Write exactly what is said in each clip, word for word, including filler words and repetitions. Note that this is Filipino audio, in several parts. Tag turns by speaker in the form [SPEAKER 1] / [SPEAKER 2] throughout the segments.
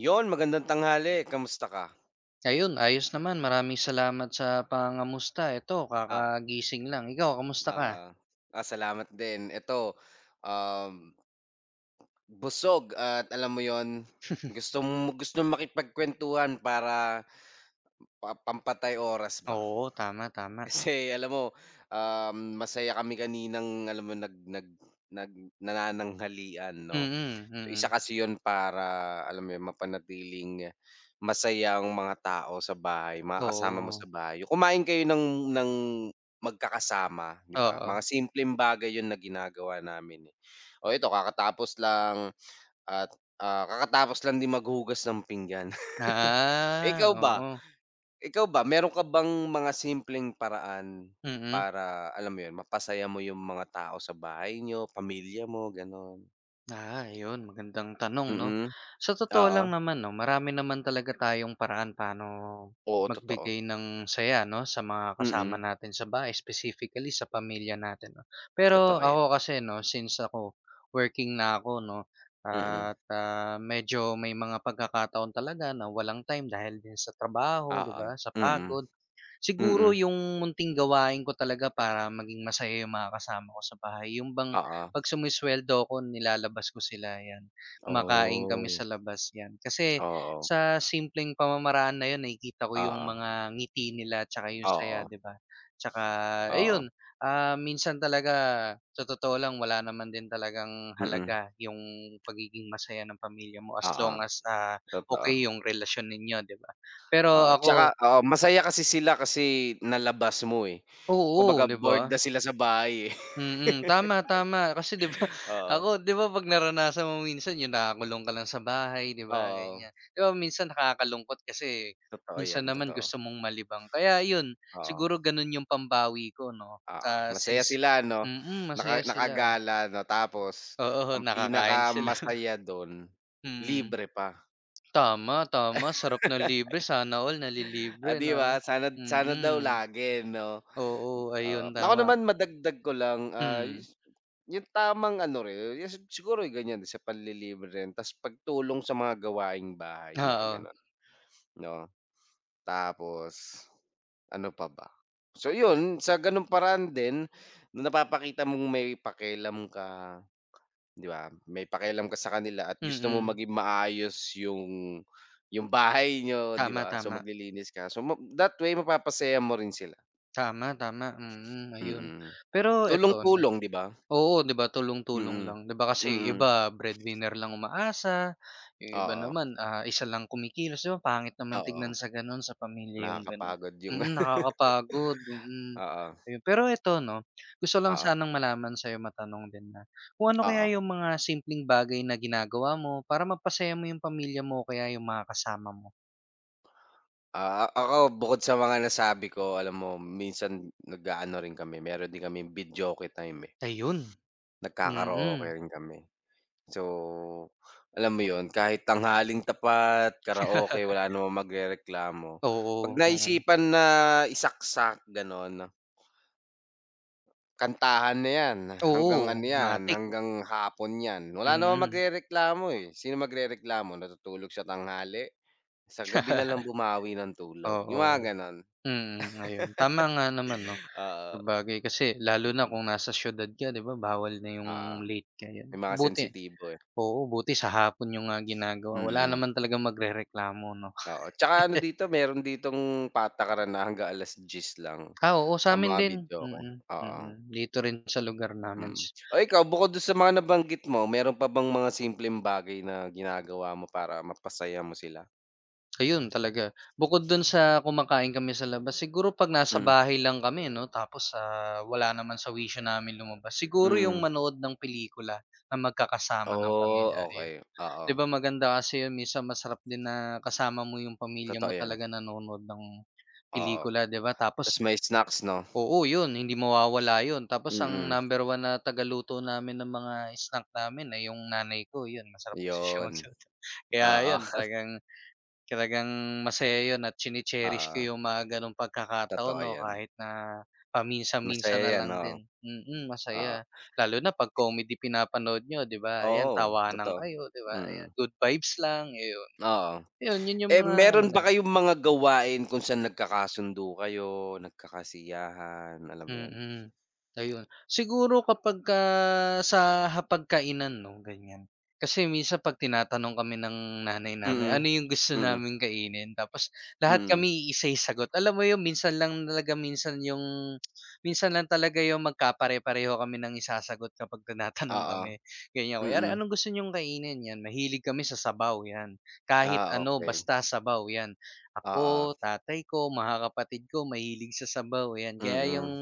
[SPEAKER 1] 'Yon, magandang tanghali, kamusta ka?
[SPEAKER 2] Ayun, ayos naman. Maraming salamat sa pangangamusta. Eto
[SPEAKER 1] Ah,
[SPEAKER 2] kakagising lang. Ikaw, kamusta
[SPEAKER 1] ah
[SPEAKER 2] ka?
[SPEAKER 1] Ah, Ah, salamat din. Eto, um, busog at alam mo 'yon, gusto mo gusto gustong makipagkuwentuhan para pa pampatay oras ba.
[SPEAKER 2] Oo, tama, tama.
[SPEAKER 1] Kasi alam mo, um, masaya kami kaninang alam mo nag nag nag nanananghalian 'no.
[SPEAKER 2] Mm,
[SPEAKER 1] So isa
[SPEAKER 2] mm.
[SPEAKER 1] kasi 'yun para alam mo 'yun, mapanatiling masaya ang mga tao sa bahay, mga kasama mo sa
[SPEAKER 2] Oo,
[SPEAKER 1] bahay. Yung kumain kayo ng ng magkakasama, 'di ba?
[SPEAKER 2] oo.
[SPEAKER 1] Mga simpleng bagay yon na ginagawa namin, eh. O ito kakatapos lang at, ah, kakatapos lang din maghugas ng pinggan.
[SPEAKER 2] Ah,
[SPEAKER 1] Ikaw ba?
[SPEAKER 2] oo.
[SPEAKER 1] Ikaw ba, meron ka bang mga simpleng paraan
[SPEAKER 2] Mm.
[SPEAKER 1] para, alam mo 'yun, mapasaya mo yung mga tao sa bahay niyo, pamilya mo, gano'n?
[SPEAKER 2] Ah, ayun magandang tanong 'no.
[SPEAKER 1] Mm,
[SPEAKER 2] Sa totoo
[SPEAKER 1] oo.
[SPEAKER 2] lang naman 'no, marami naman talaga tayong paraan paano
[SPEAKER 1] Oo,
[SPEAKER 2] magbigay
[SPEAKER 1] totoo.
[SPEAKER 2] ng saya 'no, sa mga kasama
[SPEAKER 1] Mm,
[SPEAKER 2] natin sa bahay specifically sa pamilya natin 'no. Pero
[SPEAKER 1] totoo 'yan.
[SPEAKER 2] ako kasi 'no, since ako working na ako 'no,
[SPEAKER 1] Mm,
[SPEAKER 2] at, ah, medyo may mga pagkakataon talaga na walang time dahil din sa trabaho 'di
[SPEAKER 1] oo.
[SPEAKER 2] ba, sa
[SPEAKER 1] Mm,
[SPEAKER 2] pagod. Siguro
[SPEAKER 1] mm,
[SPEAKER 2] yung munting gawain ko talaga para maging masaya yung mga kasama ko sa bahay, yung bang
[SPEAKER 1] oo.
[SPEAKER 2] 'pag sumesweldo ako nilalabas ko sila, 'yan. Kumakain kami
[SPEAKER 1] Oh,
[SPEAKER 2] sa labas, 'yan. Kasi
[SPEAKER 1] oo,
[SPEAKER 2] sa simpleng pamamaraan na 'yun nakikita ko yung
[SPEAKER 1] oo,
[SPEAKER 2] mga ngiti nila tsaka yung saya,
[SPEAKER 1] oo,
[SPEAKER 2] 'di ba? Tsaka
[SPEAKER 1] oo,
[SPEAKER 2] ayun, ah, minsan talaga sa totoo lang wala naman din talagang
[SPEAKER 1] mm,
[SPEAKER 2] halaga yung pagiging masaya ng pamilya mo as
[SPEAKER 1] oo,
[SPEAKER 2] long as, ah,
[SPEAKER 1] totoo.
[SPEAKER 2] okey yung relasyon ninyo, 'di ba? Pero
[SPEAKER 1] Oo, tsaka
[SPEAKER 2] ako
[SPEAKER 1] oo, masaya kasi sila kasi nalabas mo, eh.
[SPEAKER 2] oo,
[SPEAKER 1] Kumbaga
[SPEAKER 2] 'di ba?
[SPEAKER 1] bored na sila sa bahay, eh.
[SPEAKER 2] Mm, tama, tama. Kasi 'di ba
[SPEAKER 1] Oo,
[SPEAKER 2] ako 'di ba 'pag naranasan mo minsan yung nakakulong ka lang sa bahay 'di ba,
[SPEAKER 1] oo,
[SPEAKER 2] ganyan. 'Di ba minsan nakakalungkot kasi
[SPEAKER 1] totoo
[SPEAKER 2] minsan
[SPEAKER 1] 'yan,
[SPEAKER 2] naman
[SPEAKER 1] totoo.
[SPEAKER 2] gusto mong malibang. Kaya yun,
[SPEAKER 1] Oo,
[SPEAKER 2] siguro ganun yung pambawi ko 'no,
[SPEAKER 1] oo.
[SPEAKER 2] ah,
[SPEAKER 1] Masaya
[SPEAKER 2] since
[SPEAKER 1] sila 'no,
[SPEAKER 2] mm,
[SPEAKER 1] naka
[SPEAKER 2] masaya sila.
[SPEAKER 1] nakagala 'no, tapos
[SPEAKER 2] Oo,
[SPEAKER 1] ang
[SPEAKER 2] nakakain sila.
[SPEAKER 1] pinakamasaya dun,
[SPEAKER 2] Mm.
[SPEAKER 1] libre pa.
[SPEAKER 2] Tama, tama. Sarap na libre. Sana all
[SPEAKER 1] Ah,
[SPEAKER 2] nalilibre
[SPEAKER 1] 'di
[SPEAKER 2] na,
[SPEAKER 1] ba? Sana sana daw
[SPEAKER 2] mm.
[SPEAKER 1] lagi 'no.
[SPEAKER 2] Oo,
[SPEAKER 1] Oo,
[SPEAKER 2] ayun
[SPEAKER 1] ako
[SPEAKER 2] tama.
[SPEAKER 1] naman madagdag ko lang, ah,
[SPEAKER 2] Hmm,
[SPEAKER 1] yus yung tamang ano rin, yung siguro ganyan sa panlilibre rin ta's pagtulong sa mga gawaing bahay, mga
[SPEAKER 2] oo.
[SPEAKER 1] gano'n 'no. Tapos ano pa ba? So yun, sa gano'ng paraan din, napapakita mong may pakialam ka. 'Di ba, may pakialam ka sa kanila at gusto mo
[SPEAKER 2] Mm.
[SPEAKER 1] maging maayos yung yung bahay niyo, 'di
[SPEAKER 2] Tama,
[SPEAKER 1] ba? So,
[SPEAKER 2] tama.
[SPEAKER 1] maglilinis ka. So, ma that way mapapasaya mo rin sila,
[SPEAKER 2] Tama, tama, mm, ayun.
[SPEAKER 1] mm.
[SPEAKER 2] Pero eto 'no,
[SPEAKER 1] Tulong-tulong, 'di ba?
[SPEAKER 2] oo, 'di ba tulong-tulong
[SPEAKER 1] Mm,
[SPEAKER 2] lang, 'di ba kasi yung
[SPEAKER 1] mm.
[SPEAKER 2] iba breadwinner lang umaasa, yung iba
[SPEAKER 1] Oo,
[SPEAKER 2] naman, ah, isa lang kumikilos, 'di ba pangit naman
[SPEAKER 1] oo.
[SPEAKER 2] tignan sa gano'n, sa pamilya yung gano'n.
[SPEAKER 1] Nakakapagod yung
[SPEAKER 2] Mm, nakakapagod, mm,
[SPEAKER 1] oo,
[SPEAKER 2] ayun. Pero eto 'no, gusto lang
[SPEAKER 1] oo,
[SPEAKER 2] sanang malaman sa'yo, matanong din na, kung ano kaya
[SPEAKER 1] oo.
[SPEAKER 2] yung mga simpleng bagay na ginagawa mo para mapasaya mo yung pamilya mo o kaya yung mga kasama mo?
[SPEAKER 1] Ah, ako bukod sa mga nasabi ko, alam mo minsan nag-aano rin kami, meron din kami kaming videoke time, eh,
[SPEAKER 2] Ayun,
[SPEAKER 1] nagkakaraoke
[SPEAKER 2] mm,
[SPEAKER 1] rin kami. So, alam mo yon kahit tanghaling tapat, karaoke, wala namang magrereklamo. 'Pag
[SPEAKER 2] oo, oo,
[SPEAKER 1] naisipan na isaksak gano'n, kantahan na 'yan, hanggang
[SPEAKER 2] oo,
[SPEAKER 1] ano 'yan,
[SPEAKER 2] matik.
[SPEAKER 1] hanggang hapon 'yan. Wala namang
[SPEAKER 2] Mm,
[SPEAKER 1] magrereklamo, eh. Sino magrereklamo, natutulog sa tanghali? Sa gabi na lang bumawi ng tulog, yung mga
[SPEAKER 2] oo.
[SPEAKER 1] gano'n.
[SPEAKER 2] Mm, ayun. Tama nga naman 'no,
[SPEAKER 1] Oo,
[SPEAKER 2] sabagay kasi lalo na
[SPEAKER 1] mm,
[SPEAKER 2] kung nasa siyudad ka 'di ba, bawal na
[SPEAKER 1] oo.
[SPEAKER 2] yung late ka
[SPEAKER 1] May
[SPEAKER 2] yan.
[SPEAKER 1] mga
[SPEAKER 2] Buti
[SPEAKER 1] sensitibo, eh.
[SPEAKER 2] oo, buti sa hapon niyo nga ginagawa, wala
[SPEAKER 1] Mm,
[SPEAKER 2] naman talaga magrereklamo 'no.
[SPEAKER 1] oo. Tsaka ano dito, meron ditong patakaran na hanggang alas diyes lang.
[SPEAKER 2] Ah, oo sa
[SPEAKER 1] Ang
[SPEAKER 2] sa'min
[SPEAKER 1] mga
[SPEAKER 2] din,
[SPEAKER 1] videoke,
[SPEAKER 2] mm,
[SPEAKER 1] oo,
[SPEAKER 2] mm, dito rin sa lugar namin
[SPEAKER 1] mm.
[SPEAKER 2] s
[SPEAKER 1] Oh, ikaw bukod dun sa mga nabanggit mo, meron pa bang mga simpleng bagay na ginagawa mo para mapasaya mo sila?
[SPEAKER 2] ayun talaga bukod dun sa kumakain kami sa labas, siguro 'pag nasa
[SPEAKER 1] Mm,
[SPEAKER 2] bahay lang kami 'no, tapos, ah, wala naman sa wisyo namin lumabas, siguro yung
[SPEAKER 1] mm.
[SPEAKER 2] manood ng pelikula na magkakasama ng
[SPEAKER 1] Oh,
[SPEAKER 2] pamilya, ayun.
[SPEAKER 1] okey,
[SPEAKER 2] 'Di
[SPEAKER 1] oo,
[SPEAKER 2] ba maganda kasi yun minsan masarap din na kasama mo yung pamilya
[SPEAKER 1] totoo
[SPEAKER 2] mo
[SPEAKER 1] yan,
[SPEAKER 2] talaga nanonood ng
[SPEAKER 1] oo.
[SPEAKER 2] pelikula 'di ba?
[SPEAKER 1] Tas
[SPEAKER 2] Tapos
[SPEAKER 1] may snacks 'no?
[SPEAKER 2] oo yun hindi mawawala yun tapos ang
[SPEAKER 1] Mm,
[SPEAKER 2] number one na tagaluto namin ng mga snack namin ay yung nanay ko yun masarap kasi siya
[SPEAKER 1] yun,
[SPEAKER 2] magluto. Kaya
[SPEAKER 1] oo,
[SPEAKER 2] yun talagang Talagang masaya 'yun at chine-cherish ko
[SPEAKER 1] oo,
[SPEAKER 2] yung mga gano'ng pagkakataon
[SPEAKER 1] totoo
[SPEAKER 2] 'no,
[SPEAKER 1] yan,
[SPEAKER 2] kahit na paminsan-minsan
[SPEAKER 1] masaya
[SPEAKER 2] na
[SPEAKER 1] yan,
[SPEAKER 2] lang
[SPEAKER 1] oo,
[SPEAKER 2] din. Mm,
[SPEAKER 1] oo.
[SPEAKER 2] masaya. Lalo na 'pag comedy pinapanood niyo 'di ba, ayan
[SPEAKER 1] Oo,
[SPEAKER 2] tawanan
[SPEAKER 1] totoo,
[SPEAKER 2] kayo 'di ba, ayan
[SPEAKER 1] mm,
[SPEAKER 2] good vibes lang, ayun.
[SPEAKER 1] oo.
[SPEAKER 2] Yun 'yun yung
[SPEAKER 1] Eh,
[SPEAKER 2] mga ano
[SPEAKER 1] meron ba
[SPEAKER 2] na
[SPEAKER 1] kayong mga gawain kung saan nagkakasundo kayo, nagkakasiyahan, alam mo yun?
[SPEAKER 2] Mm. Ayun. Siguro kapag ka sa hapagkainan 'no, ganyan. Kasi minsan 'pag tinatanong kami ng nanay namin,
[SPEAKER 1] Mm.
[SPEAKER 2] ano yung gusto
[SPEAKER 1] Mm,
[SPEAKER 2] naming kainin, tapos lahat
[SPEAKER 1] mm,
[SPEAKER 2] kami iisa'y sagot. Alam mo yun, minsan lang talaga minsan yung minsan lang talaga yung magkapare-pareho kami ng isasagot kapag tinatanong
[SPEAKER 1] oo,
[SPEAKER 2] kami, ganyan. Kunyari,
[SPEAKER 1] mm.
[SPEAKER 2] "Anong gusto niyong kainin?" Yan, mahilig kami sa sabaw, yan. Kahit
[SPEAKER 1] Ah,
[SPEAKER 2] ano,
[SPEAKER 1] okey,
[SPEAKER 2] basta sabaw, yan.
[SPEAKER 1] oo,
[SPEAKER 2] Ako, tatay ko, mga kapatid ko mahilig sa sabaw, ayan. Kaya yung
[SPEAKER 1] mm,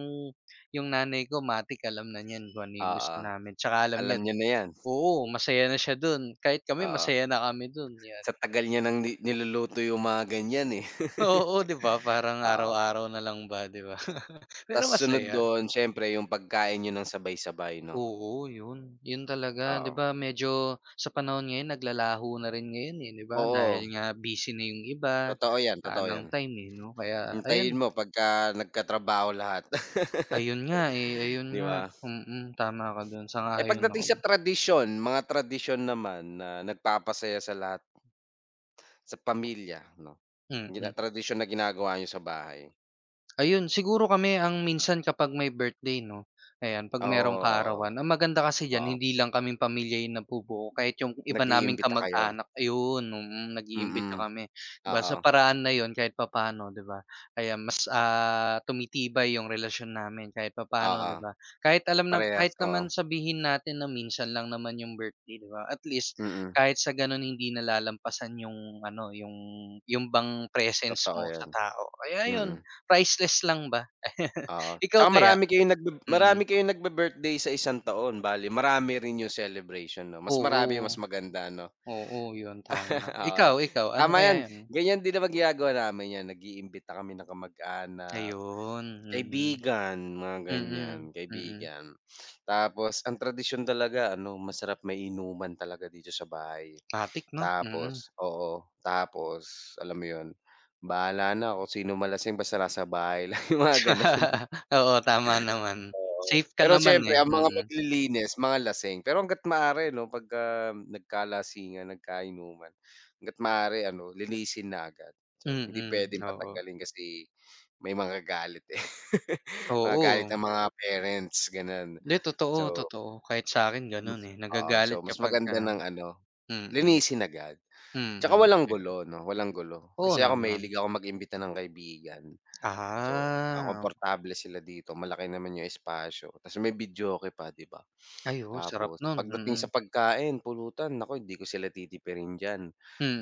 [SPEAKER 2] yung nanay ko matik alam na niyan kung ano yung gusto
[SPEAKER 1] oo.
[SPEAKER 2] namin, tsaka alam
[SPEAKER 1] Alam
[SPEAKER 2] niya
[SPEAKER 1] niyo na 'yan,
[SPEAKER 2] oo, masaya na siya dun, kahit kami
[SPEAKER 1] oo.
[SPEAKER 2] masaya na kami dun, yan.
[SPEAKER 1] Sa tagal niyo ng ni niluluto yung mga ganiyan, eh,
[SPEAKER 2] Oo, 'di ba, parang
[SPEAKER 1] oo.
[SPEAKER 2] araw-araw na lang ba, 'di ba?
[SPEAKER 1] Ta's
[SPEAKER 2] Pero
[SPEAKER 1] sunod
[SPEAKER 2] masaya.
[SPEAKER 1] do'n siyempre yung pagkain niyo ng sabay-sabay 'no,
[SPEAKER 2] Oo, yun. Yun talaga, 'di
[SPEAKER 1] oo.
[SPEAKER 2] ba, medyo sa panahon ngayon naglalaho na rin ngayon, eh, 'di ba? Dahil
[SPEAKER 1] Oo,
[SPEAKER 2] nga busy na yung iba,
[SPEAKER 1] totoo 'yan,
[SPEAKER 2] wala
[SPEAKER 1] totoo
[SPEAKER 2] ng
[SPEAKER 1] 'yan.
[SPEAKER 2] time, eh, 'no? Kaya ayan
[SPEAKER 1] Hintayin mo pagka nagkatrabaho lahat,
[SPEAKER 2] Ayun nga, eh, ayun
[SPEAKER 1] 'di
[SPEAKER 2] nga,
[SPEAKER 1] ba?
[SPEAKER 2] mm, tama ka dun,
[SPEAKER 1] Eh,
[SPEAKER 2] sang-ayon
[SPEAKER 1] pagdating
[SPEAKER 2] ako,
[SPEAKER 1] sa tradisyon, mga tradisyon naman na nagpapasaya sa lahat sa pamilya 'no, gina
[SPEAKER 2] mm.
[SPEAKER 1] tradisyon na ginagawa niyo sa bahay?
[SPEAKER 2] Ayun, siguro kami ang minsan kapag may birthday 'no, ayan 'pag
[SPEAKER 1] Oo,
[SPEAKER 2] merong
[SPEAKER 1] oo.
[SPEAKER 2] kaarawan, ang maganda kasi diyan
[SPEAKER 1] Oo,
[SPEAKER 2] hindi lang kaming pamilya yung nabubuo kahit yung iba naming
[SPEAKER 1] nag-iimbita kayo,
[SPEAKER 2] kamag-anak ayun, mm, nag-iimbita
[SPEAKER 1] mm,
[SPEAKER 2] kami. 'Di ba sa
[SPEAKER 1] oo,
[SPEAKER 2] paraan na yun kahit papaano 'di ba, ayan mas, ah, tumitibay yung relasyon namin kahit papaano 'di
[SPEAKER 1] oo,
[SPEAKER 2] ba. Kahit alam na
[SPEAKER 1] parehas,
[SPEAKER 2] kahit
[SPEAKER 1] oo,
[SPEAKER 2] naman sabihin natin na minsan lang naman yung birthday 'di ba, at least
[SPEAKER 1] mm,
[SPEAKER 2] kahit sa ganun hindi nalalampasan yung ano, yung yung bang presence
[SPEAKER 1] totoo
[SPEAKER 2] mo sa
[SPEAKER 1] 'yan,
[SPEAKER 2] tao. Kaya ayun,
[SPEAKER 1] mm,
[SPEAKER 2] Priceless lang ba?
[SPEAKER 1] oo.
[SPEAKER 2] Ikaw
[SPEAKER 1] Tsaka
[SPEAKER 2] kaya?
[SPEAKER 1] marami kayong nagbe marami
[SPEAKER 2] Mm.
[SPEAKER 1] kayong nagbi-birthday sa isang taon, bale marami rin yung celebration 'no, mas marami mas
[SPEAKER 2] Oo,
[SPEAKER 1] maganda 'no,
[SPEAKER 2] oo, yun tama.
[SPEAKER 1] oo.
[SPEAKER 2] Ikaw, ikaw ano
[SPEAKER 1] Tama
[SPEAKER 2] kaya
[SPEAKER 1] 'yan,
[SPEAKER 2] yun?
[SPEAKER 1] ganyan din naman ginagawa namin 'yan, nag-iimbita kami ng kamag-anak,
[SPEAKER 2] Ayun, mm.
[SPEAKER 1] kaibigan, mga ganyan,
[SPEAKER 2] Mm, mm.
[SPEAKER 1] kaibigan. Tapos ang tradisyon talaga ano, masarap may inuman talaga dito sa bahay.
[SPEAKER 2] Matik 'no? Mm.
[SPEAKER 1] Tapos oo, tapos alam mo 'yun, bahala na kung sino malasing basta nasa bahay lang, yung mga gano'n.
[SPEAKER 2] Oo, tama naman.
[SPEAKER 1] Oo.
[SPEAKER 2] Safe ka
[SPEAKER 1] Pero
[SPEAKER 2] naman,
[SPEAKER 1] siyempre
[SPEAKER 2] eh,
[SPEAKER 1] ang mga
[SPEAKER 2] mm.
[SPEAKER 1] maglilinis mga lasing, pero hangga't maaari 'no, pagka nagkalasingan, nagkainuman, hangga't maaari ano, linisin na agad. So, hindi
[SPEAKER 2] Mm,
[SPEAKER 1] puwedeng
[SPEAKER 2] oo.
[SPEAKER 1] patagalin kasi may mga galit eh, mga galit
[SPEAKER 2] Oo,
[SPEAKER 1] ang mga parents gano'n.
[SPEAKER 2] hindi totoo,
[SPEAKER 1] So,
[SPEAKER 2] totoo. Kahit sa'kin
[SPEAKER 1] mas
[SPEAKER 2] ganun, eh,
[SPEAKER 1] oo, so
[SPEAKER 2] nagagalit
[SPEAKER 1] mas
[SPEAKER 2] kapag kapagka
[SPEAKER 1] maganda ng ano,
[SPEAKER 2] mm,
[SPEAKER 1] linisin agad. Tsaka
[SPEAKER 2] mm,
[SPEAKER 1] walang
[SPEAKER 2] yun.
[SPEAKER 1] gulo 'no, walang gulo.
[SPEAKER 2] Oo
[SPEAKER 1] Kasi ako
[SPEAKER 2] naman.
[SPEAKER 1] mahilig akong mag-imbita ng kaibigan. So, ah,
[SPEAKER 2] Ah,
[SPEAKER 1] komportable sila dito, malaki naman yung espasyo, ta's may videoke pa, 'di ba?
[SPEAKER 2] ayun oo, sarap
[SPEAKER 1] Tapos
[SPEAKER 2] nun,
[SPEAKER 1] pagdating
[SPEAKER 2] mm,
[SPEAKER 1] sa pagkain, pulutan, naku hindi ko sila titipirin diyan.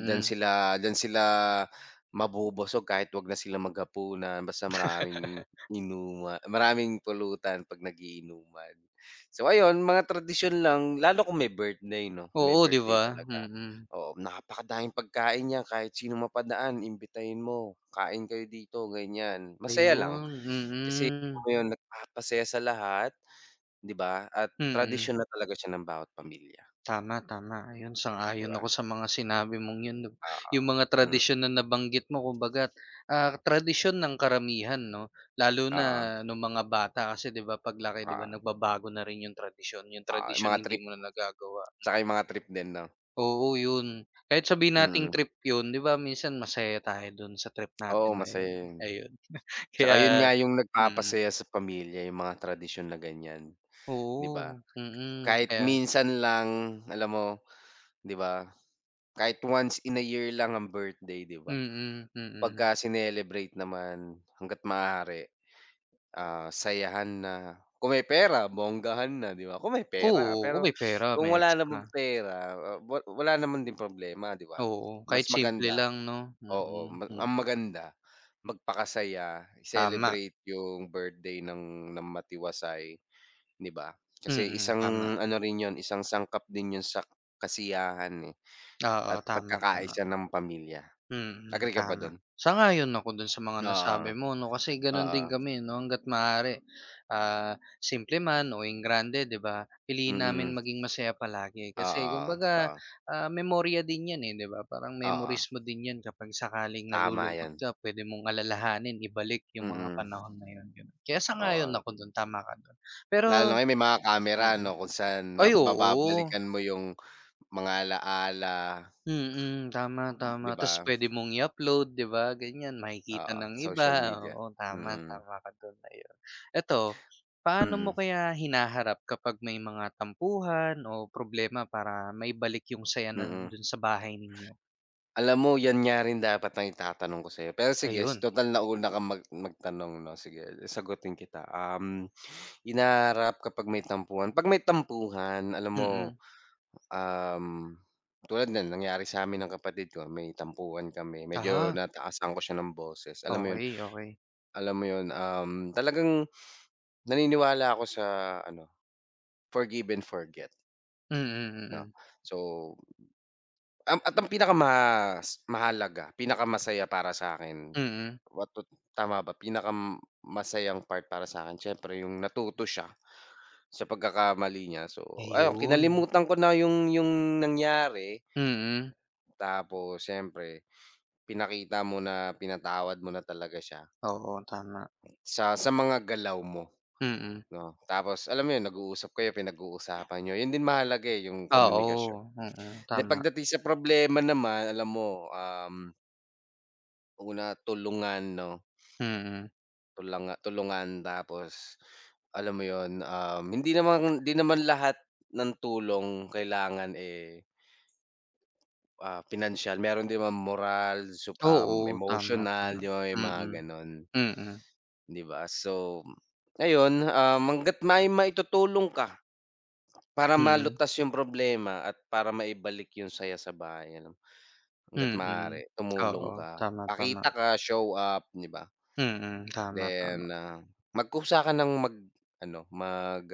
[SPEAKER 1] Diyan sila diyan sila mabubusog kahit 'wag na sila maghapunan basta maraming inuma maraming pulutan 'pag nagiinuman. So ayun, mga tradisyon lang lalo kung may birthday 'no, kung may
[SPEAKER 2] Oo, 'di
[SPEAKER 1] birthday
[SPEAKER 2] ba?
[SPEAKER 1] talaga.
[SPEAKER 2] Mm.
[SPEAKER 1] Oo, napakadaming pagkain niyan kahit sino mapadaan imbitahin mo, "Kain kayo dito," ganyan. Masaya lang
[SPEAKER 2] Ayun,
[SPEAKER 1] kasi alam
[SPEAKER 2] mm.
[SPEAKER 1] mo yun, nagpapasaya sa lahat. 'Di ba? At
[SPEAKER 2] Mm.
[SPEAKER 1] tradisyon na talaga siya ng bawat pamilya,
[SPEAKER 2] Tama, tama. Ayun,
[SPEAKER 1] 'di
[SPEAKER 2] sang-ayon
[SPEAKER 1] ba?
[SPEAKER 2] ako sa mga sinabi mong 'yun 'no.
[SPEAKER 1] Oo,
[SPEAKER 2] Yung mga
[SPEAKER 1] hmm,
[SPEAKER 2] tradisyon na nabanggit mo kumbaga, ah, tradisyon ng karamihan 'no, lalo na
[SPEAKER 1] oo,
[SPEAKER 2] nung mga bata kasi 'di ba paglaki 'di ba
[SPEAKER 1] oo,
[SPEAKER 2] nagbabago na rin yung tradisyon, yung
[SPEAKER 1] oo, yung
[SPEAKER 2] tradisyon
[SPEAKER 1] mga
[SPEAKER 2] hindi
[SPEAKER 1] trip,
[SPEAKER 2] mo na nagagawa.
[SPEAKER 1] tsaka yung mga trip din 'no?
[SPEAKER 2] Oo, 'yun. Kahit sabihin nating
[SPEAKER 1] Mm,
[SPEAKER 2] trip 'yun 'di ba minsan masaya tayo dun sa trip
[SPEAKER 1] oo
[SPEAKER 2] natin na
[SPEAKER 1] masaya
[SPEAKER 2] 'yun,
[SPEAKER 1] yun.
[SPEAKER 2] ayun.
[SPEAKER 1] Tsaka yun
[SPEAKER 2] Kaya
[SPEAKER 1] nga yung
[SPEAKER 2] mm.
[SPEAKER 1] nagpapasaya sa pamilya yung mga tradisyon na ganyan, 'di ba?
[SPEAKER 2] Oo, mm.
[SPEAKER 1] Kahit
[SPEAKER 2] Kaya
[SPEAKER 1] minsan lang, alam mo, 'di ba? Kahit once in a year lang ang birthday, 'di ba?
[SPEAKER 2] Mm,
[SPEAKER 1] Pagka
[SPEAKER 2] mm.
[SPEAKER 1] sinelebrate naman hangga't maaari. Ah, sayahan na kung may pera bonggahan na, 'di ba? Kung may pera,
[SPEAKER 2] Oo, kung
[SPEAKER 1] pero
[SPEAKER 2] may pera,
[SPEAKER 1] kung
[SPEAKER 2] may
[SPEAKER 1] wala
[SPEAKER 2] extra.
[SPEAKER 1] namang pera, ah, wa wala naman din problema, 'di ba?
[SPEAKER 2] Oo,
[SPEAKER 1] Mas
[SPEAKER 2] kahit simple
[SPEAKER 1] maganda
[SPEAKER 2] lang 'no?
[SPEAKER 1] oo,
[SPEAKER 2] Mm,
[SPEAKER 1] ma
[SPEAKER 2] hmm.
[SPEAKER 1] ang maganda magpakasaya,
[SPEAKER 2] Tama.
[SPEAKER 1] celebrate yung birthday ng ng matiwasay, 'di ba? Kasi
[SPEAKER 2] Mm, tama.
[SPEAKER 1] isang ano rin 'yun, isang sangkap din 'yun sa kasiyahan, eh,
[SPEAKER 2] Oo,
[SPEAKER 1] at
[SPEAKER 2] tama, tama.
[SPEAKER 1] pagkakaisa ng pamilya.
[SPEAKER 2] Mm,
[SPEAKER 1] Agree ka ba
[SPEAKER 2] tama.
[SPEAKER 1] dun?
[SPEAKER 2] Sang-ayon ako dun sa mga
[SPEAKER 1] Oo,
[SPEAKER 2] nasabi mo 'no, kasi ganun
[SPEAKER 1] oo,
[SPEAKER 2] din kami 'no, hangga't maaari, ah, simple man o engrande 'di ba, piliin namin
[SPEAKER 1] mm,
[SPEAKER 2] maging masaya palagi. Kasi
[SPEAKER 1] oo,
[SPEAKER 2] kumbaga,
[SPEAKER 1] totoo.
[SPEAKER 2] ah, memorya din 'yan, eh, 'di ba? Parang
[SPEAKER 1] Oo,
[SPEAKER 2] memories mo din 'yan kapag sakaling
[SPEAKER 1] tama
[SPEAKER 2] nalulungkot
[SPEAKER 1] 'yan.
[SPEAKER 2] ka pwede mong alalahanin, ibalik yung mga
[SPEAKER 1] Mm,
[SPEAKER 2] panahon na yun, gano'n. Kaya sang-ayon
[SPEAKER 1] oo.
[SPEAKER 2] ako dun, tama ka dun.
[SPEAKER 1] Lalo na
[SPEAKER 2] Pero
[SPEAKER 1] ngayon may mga kamera
[SPEAKER 2] mm.
[SPEAKER 1] 'no, kung saan ma
[SPEAKER 2] Ay, oo.
[SPEAKER 1] mababalikan mo yung mga ala-ala,
[SPEAKER 2] Mm, tama,
[SPEAKER 1] m
[SPEAKER 2] tama.
[SPEAKER 1] 'di
[SPEAKER 2] Ta's
[SPEAKER 1] ba?
[SPEAKER 2] puwede mong i-upload, 'di ba, ganyan. Makikita
[SPEAKER 1] Oo,
[SPEAKER 2] ng iba,
[SPEAKER 1] social media.
[SPEAKER 2] oo, tama,
[SPEAKER 1] Mm,
[SPEAKER 2] tama ka doon na ayun. Eto, paano mo
[SPEAKER 1] mm,
[SPEAKER 2] kaya hinaharap kapag may mga tampuhan o problema para maibalik yung saya ng
[SPEAKER 1] mm.
[SPEAKER 2] do'n sa bahay ninyo?
[SPEAKER 1] Alam mo yan nga rin dapat ang itatanong ko sa'yo, pero sige
[SPEAKER 2] Ayun,
[SPEAKER 1] total nauna kang mag magtanong 'no, sige sagutin kita. Um, hinaharap kapag may tampuhan, 'pag may tampuhan alam mo,
[SPEAKER 2] mm.
[SPEAKER 1] um, tulad niyan nangyari sa'min ng kapatid ko, may tampuhan kami medyo
[SPEAKER 2] Ah,
[SPEAKER 1] nataasan ko siya ng boses, alam mo yun?
[SPEAKER 2] okey, okey.
[SPEAKER 1] Alam mo 'yun, um, talagang naniniwala ako sa ano, forgive and forget
[SPEAKER 2] Mm,
[SPEAKER 1] 'no.
[SPEAKER 2] mm.
[SPEAKER 1] So, um, at ang pinakamas mahalaga, pinakamasaya para sa'kin
[SPEAKER 2] Mm,
[SPEAKER 1] what tut tama ba? Pinakamasayang part para sa akin siyempre yung natuto siya sa pagkakamali niya. So, ayun
[SPEAKER 2] ayun.
[SPEAKER 1] kinalimutan ko na yung yung nangyari,
[SPEAKER 2] Mm,
[SPEAKER 1] tapos siyempre pinakita mo na pinatawad mo na talaga siya
[SPEAKER 2] oo, tama.
[SPEAKER 1] sa sa mga galaw mo.
[SPEAKER 2] Mm,
[SPEAKER 1] 'No, tapos alam mo 'yun, nag-uusap kayo, pinag-uusapan niyo, 'yun din mahalaga, eh, yung komunikasyon.
[SPEAKER 2] oo, mm,
[SPEAKER 1] Then
[SPEAKER 2] tama.
[SPEAKER 1] pagdating sa problema naman, alam mo, um, una tulungan 'no,
[SPEAKER 2] Mm,
[SPEAKER 1] tulanga tulungan tapos alam mo 'yun, um, hindi naman hindi naman lahat ng tulong kailangan, eh, ah, pinansiyal, meron din mga moral, sup um,
[SPEAKER 2] oo, tama,
[SPEAKER 1] emotional,
[SPEAKER 2] tama.
[SPEAKER 1] 'di ba, may mga
[SPEAKER 2] Mm.
[SPEAKER 1] gano'n,
[SPEAKER 2] Mm,
[SPEAKER 1] 'di ba? So ayun, um, hangga't may maitutulong ka. Para
[SPEAKER 2] mm,
[SPEAKER 1] malutas yung problema at para maibalik yung saya sa bahay alam hangga't maaari
[SPEAKER 2] mm.
[SPEAKER 1] tumulong
[SPEAKER 2] Oo,
[SPEAKER 1] ka,
[SPEAKER 2] tama, tama.
[SPEAKER 1] pakita ka, show up, 'di ba?
[SPEAKER 2] Mm, tama,
[SPEAKER 1] Then,
[SPEAKER 2] tama.
[SPEAKER 1] ah, magkusa ka ng mag-ano, mag,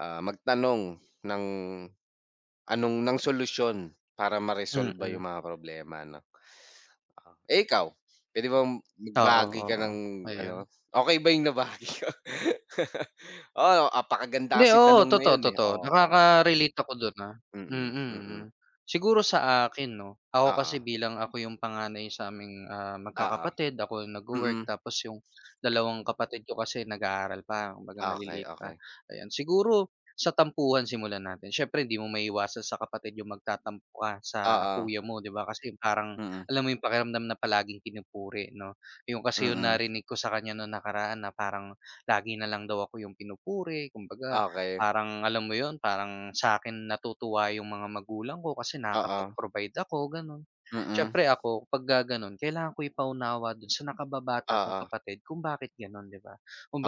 [SPEAKER 1] ah, magtanong ng anong ng solusyon para maresolba
[SPEAKER 2] Mm,
[SPEAKER 1] yung mga problema 'no. Ah, eh, ikaw, puwede bang
[SPEAKER 2] oo,
[SPEAKER 1] magbahagi ka
[SPEAKER 2] oo.
[SPEAKER 1] ng
[SPEAKER 2] Ayun.
[SPEAKER 1] ano, okey ba yung nabahagi ko? Oo, napakaganda
[SPEAKER 2] Hindi,
[SPEAKER 1] kasing
[SPEAKER 2] oo,
[SPEAKER 1] tanong na
[SPEAKER 2] totoo,
[SPEAKER 1] yun, eh.
[SPEAKER 2] totoo.
[SPEAKER 1] Oo, oo.
[SPEAKER 2] Nakaka-relate ako dun, ah. Mm,
[SPEAKER 1] Mm,
[SPEAKER 2] mm.
[SPEAKER 1] mm.
[SPEAKER 2] Siguro sa akin 'no,
[SPEAKER 1] Oo,
[SPEAKER 2] ako
[SPEAKER 1] oo.
[SPEAKER 2] kasi bilang ako yung panganay sa'ming, ah,
[SPEAKER 1] Oo,
[SPEAKER 2] magkakapatid, ako yung nagwo-work
[SPEAKER 1] mm.
[SPEAKER 2] tapos yung dalawang kapatid ko kasi nag-aaral pa, kumbaga
[SPEAKER 1] Okey,
[SPEAKER 2] maliliit pa,
[SPEAKER 1] okey.
[SPEAKER 2] ayan. Siguro sa tampuhan simulan natin, siyempre hindi mo maiiwasan sa kapatid yung magtatampo ka sa
[SPEAKER 1] Oo,
[SPEAKER 2] kuya mo, 'di ba? Kasi parang
[SPEAKER 1] mm,
[SPEAKER 2] alam mo yung pakiramdam na palaging pinupuri 'no? Yun kasi yung
[SPEAKER 1] mm,
[SPEAKER 2] narinig ko sa kanya nung nakaraan na parang lagi na lang daw ako yung pinupuri kumbaga
[SPEAKER 1] okey.
[SPEAKER 2] Parang alam mo yun, parang sa'kin natutuwa yung mga magulang ko kasi
[SPEAKER 1] Oo,
[SPEAKER 2] nakakapag-provide ako, gano'n.
[SPEAKER 1] mm,
[SPEAKER 2] Siyempre ako pagka gano'n kailangan ko ipaunawa don sa nakababata kong
[SPEAKER 1] oo.
[SPEAKER 2] kapatid kung bakit gano'n, 'di ba?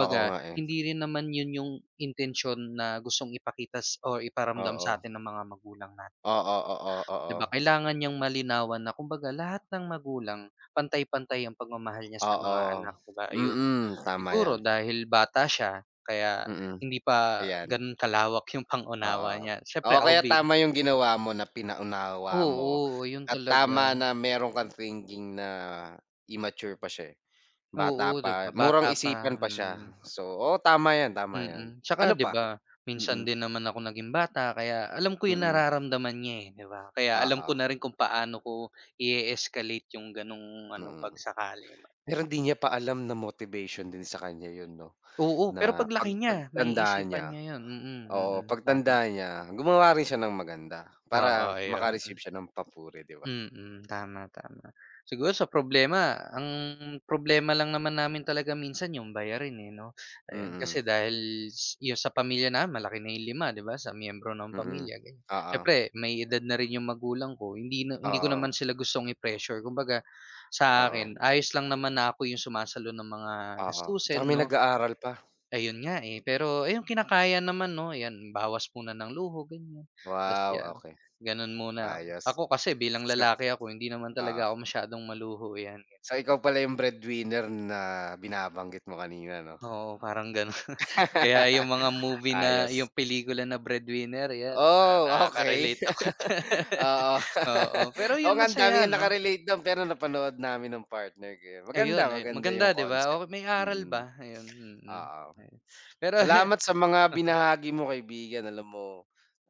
[SPEAKER 1] Oo nga, eh,
[SPEAKER 2] hindi rin naman yun yung intensyon na gustong ipakita s or iparamdam
[SPEAKER 1] oo.
[SPEAKER 2] sa'tin ng mga magulang
[SPEAKER 1] Oo, oo,
[SPEAKER 2] 'Di ba
[SPEAKER 1] oo.
[SPEAKER 2] kailangan niyang malinawan na kumbaga lahat ng magulang pantay-pantay ang pagmamahal niya sa mga
[SPEAKER 1] Oo,
[SPEAKER 2] anak, 'di ba? Ayun.
[SPEAKER 1] mm, tama
[SPEAKER 2] Siguro
[SPEAKER 1] 'yan,
[SPEAKER 2] dahil bata siya kaya
[SPEAKER 1] mm,
[SPEAKER 2] hindi pa
[SPEAKER 1] ayan,
[SPEAKER 2] gano'n kalawak yung pang-unawa
[SPEAKER 1] oo.
[SPEAKER 2] niya.
[SPEAKER 1] Oo,
[SPEAKER 2] Siyempre ako
[SPEAKER 1] kaya
[SPEAKER 2] bin
[SPEAKER 1] tama yung ginawa mo na pinaunawa mo
[SPEAKER 2] oo, yun
[SPEAKER 1] at
[SPEAKER 2] talaga.
[SPEAKER 1] tama na meron kang thinking na immature pa siya, eh,
[SPEAKER 2] Oo,
[SPEAKER 1] bata
[SPEAKER 2] 'di ba
[SPEAKER 1] pa,
[SPEAKER 2] bata
[SPEAKER 1] murang
[SPEAKER 2] pa,
[SPEAKER 1] isipan pa siya.
[SPEAKER 2] mm.
[SPEAKER 1] So, oo, tama 'yan, tama 'yan.
[SPEAKER 2] Mm,
[SPEAKER 1] Ano
[SPEAKER 2] tsaka 'di
[SPEAKER 1] pa?
[SPEAKER 2] ba minsan
[SPEAKER 1] Mm,
[SPEAKER 2] din naman ako naging bata kaya alam ko yung
[SPEAKER 1] mm,
[SPEAKER 2] nararamdaman niya, eh, 'di ba? Kaya alam
[SPEAKER 1] oo,
[SPEAKER 2] ko na rin kung paano ko i escalate yung gano'ng ano 'pag
[SPEAKER 1] mm.
[SPEAKER 2] sakali man,
[SPEAKER 1] Pero hindi niya pa alam na motivation din sa kanya yun 'no,
[SPEAKER 2] Oo, pero
[SPEAKER 1] na
[SPEAKER 2] 'pag laki
[SPEAKER 1] pag
[SPEAKER 2] niya
[SPEAKER 1] pagtanda
[SPEAKER 2] maiisipan
[SPEAKER 1] niya
[SPEAKER 2] niya 'yun, mm,
[SPEAKER 1] oo,
[SPEAKER 2] mm, tama.
[SPEAKER 1] pagtanda niya gumawa rin siya ng maganda
[SPEAKER 2] Oo,
[SPEAKER 1] para
[SPEAKER 2] ayun,
[SPEAKER 1] maka-receive siya ng papuri 'di ba?
[SPEAKER 2] mm, tama, tama. Siguro sa problema, ang problema lang naman namin talaga minsan 'yung bayarin, eh, 'no. Ayun,
[SPEAKER 1] Mm,
[SPEAKER 2] kasi dahil s 'yung sa pamilya namin malaki na 'yung lima, 'di ba, sa miyembro ng
[SPEAKER 1] mm.
[SPEAKER 2] pamilya, ganiyan.
[SPEAKER 1] Oo,
[SPEAKER 2] Siyempre may edad na rin 'yung magulang ko, hindi na hindi ko
[SPEAKER 1] oo,
[SPEAKER 2] naman sila gustong i-pressure. Kumbaga sa
[SPEAKER 1] oo,
[SPEAKER 2] akin, ayos lang naman na ako 'yung sumasalo ng mga
[SPEAKER 1] oo. Tsaka
[SPEAKER 2] gastusin,
[SPEAKER 1] may
[SPEAKER 2] 'no.
[SPEAKER 1] nag-aaral pa.
[SPEAKER 2] Ayun nga, eh, pero ayun kinakaya naman 'no, 'yan bawas muna ng luho ganyan, ta's
[SPEAKER 1] Wow,
[SPEAKER 2] 'yan,
[SPEAKER 1] okey,
[SPEAKER 2] gano'n muna.
[SPEAKER 1] ayos.
[SPEAKER 2] Ako kasi bilang
[SPEAKER 1] So
[SPEAKER 2] lalaki ako hindi naman
[SPEAKER 1] oo.
[SPEAKER 2] talaga ako masyadong maluho 'yan,
[SPEAKER 1] So ikaw pala yung breadwinner na binabanggit mo kanina 'no?
[SPEAKER 2] oo parang gano'n. Kaya yung mga movie na
[SPEAKER 1] Ayos.
[SPEAKER 2] yung pelikula na Breadwinner 'yan, na
[SPEAKER 1] Oh, okey.
[SPEAKER 2] nakaka-relate ako diyan.
[SPEAKER 1] Oo.
[SPEAKER 2] Oo, pero
[SPEAKER 1] Oo
[SPEAKER 2] yun
[SPEAKER 1] nga, ang dami
[SPEAKER 2] masaya
[SPEAKER 1] nga
[SPEAKER 2] 'no,
[SPEAKER 1] naka-relate do'n, pero napanood namin ng partner ko 'yun. Maganda,
[SPEAKER 2] ayun ayun
[SPEAKER 1] maganda yung
[SPEAKER 2] maganda 'di ba,
[SPEAKER 1] concept.
[SPEAKER 2] o may
[SPEAKER 1] Mm,
[SPEAKER 2] aral
[SPEAKER 1] mm
[SPEAKER 2] ba ayun, mm, mm.
[SPEAKER 1] oo.
[SPEAKER 2] ayun. Pero
[SPEAKER 1] Salamat sa mga binahagi mo kaibigan. Alam mo,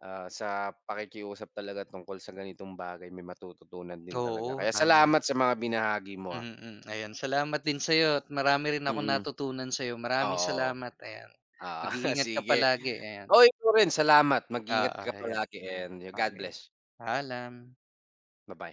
[SPEAKER 1] ah, sa pakikiusap talaga tungkol sa ganitong bagay may matututunan din talaga.
[SPEAKER 2] oo,
[SPEAKER 1] Kaya
[SPEAKER 2] tama.
[SPEAKER 1] salamat sa mga binahagi mo, ah.
[SPEAKER 2] Mm, mm. ayan salamat din sa'yo at marami rin akong
[SPEAKER 1] Mm,
[SPEAKER 2] natutunan sa'yo. Maraming
[SPEAKER 1] oo,
[SPEAKER 2] salamat, ayan.
[SPEAKER 1] ah
[SPEAKER 2] Mag-iingat ka
[SPEAKER 1] Sige.
[SPEAKER 2] palagi, ayan.
[SPEAKER 1] Uy, ikaw rin salamat. Mag-ingat
[SPEAKER 2] Oo,
[SPEAKER 1] ka
[SPEAKER 2] ayan,
[SPEAKER 1] palagi and God
[SPEAKER 2] Okay.
[SPEAKER 1] bless.
[SPEAKER 2] Paalam.
[SPEAKER 1] Bye bye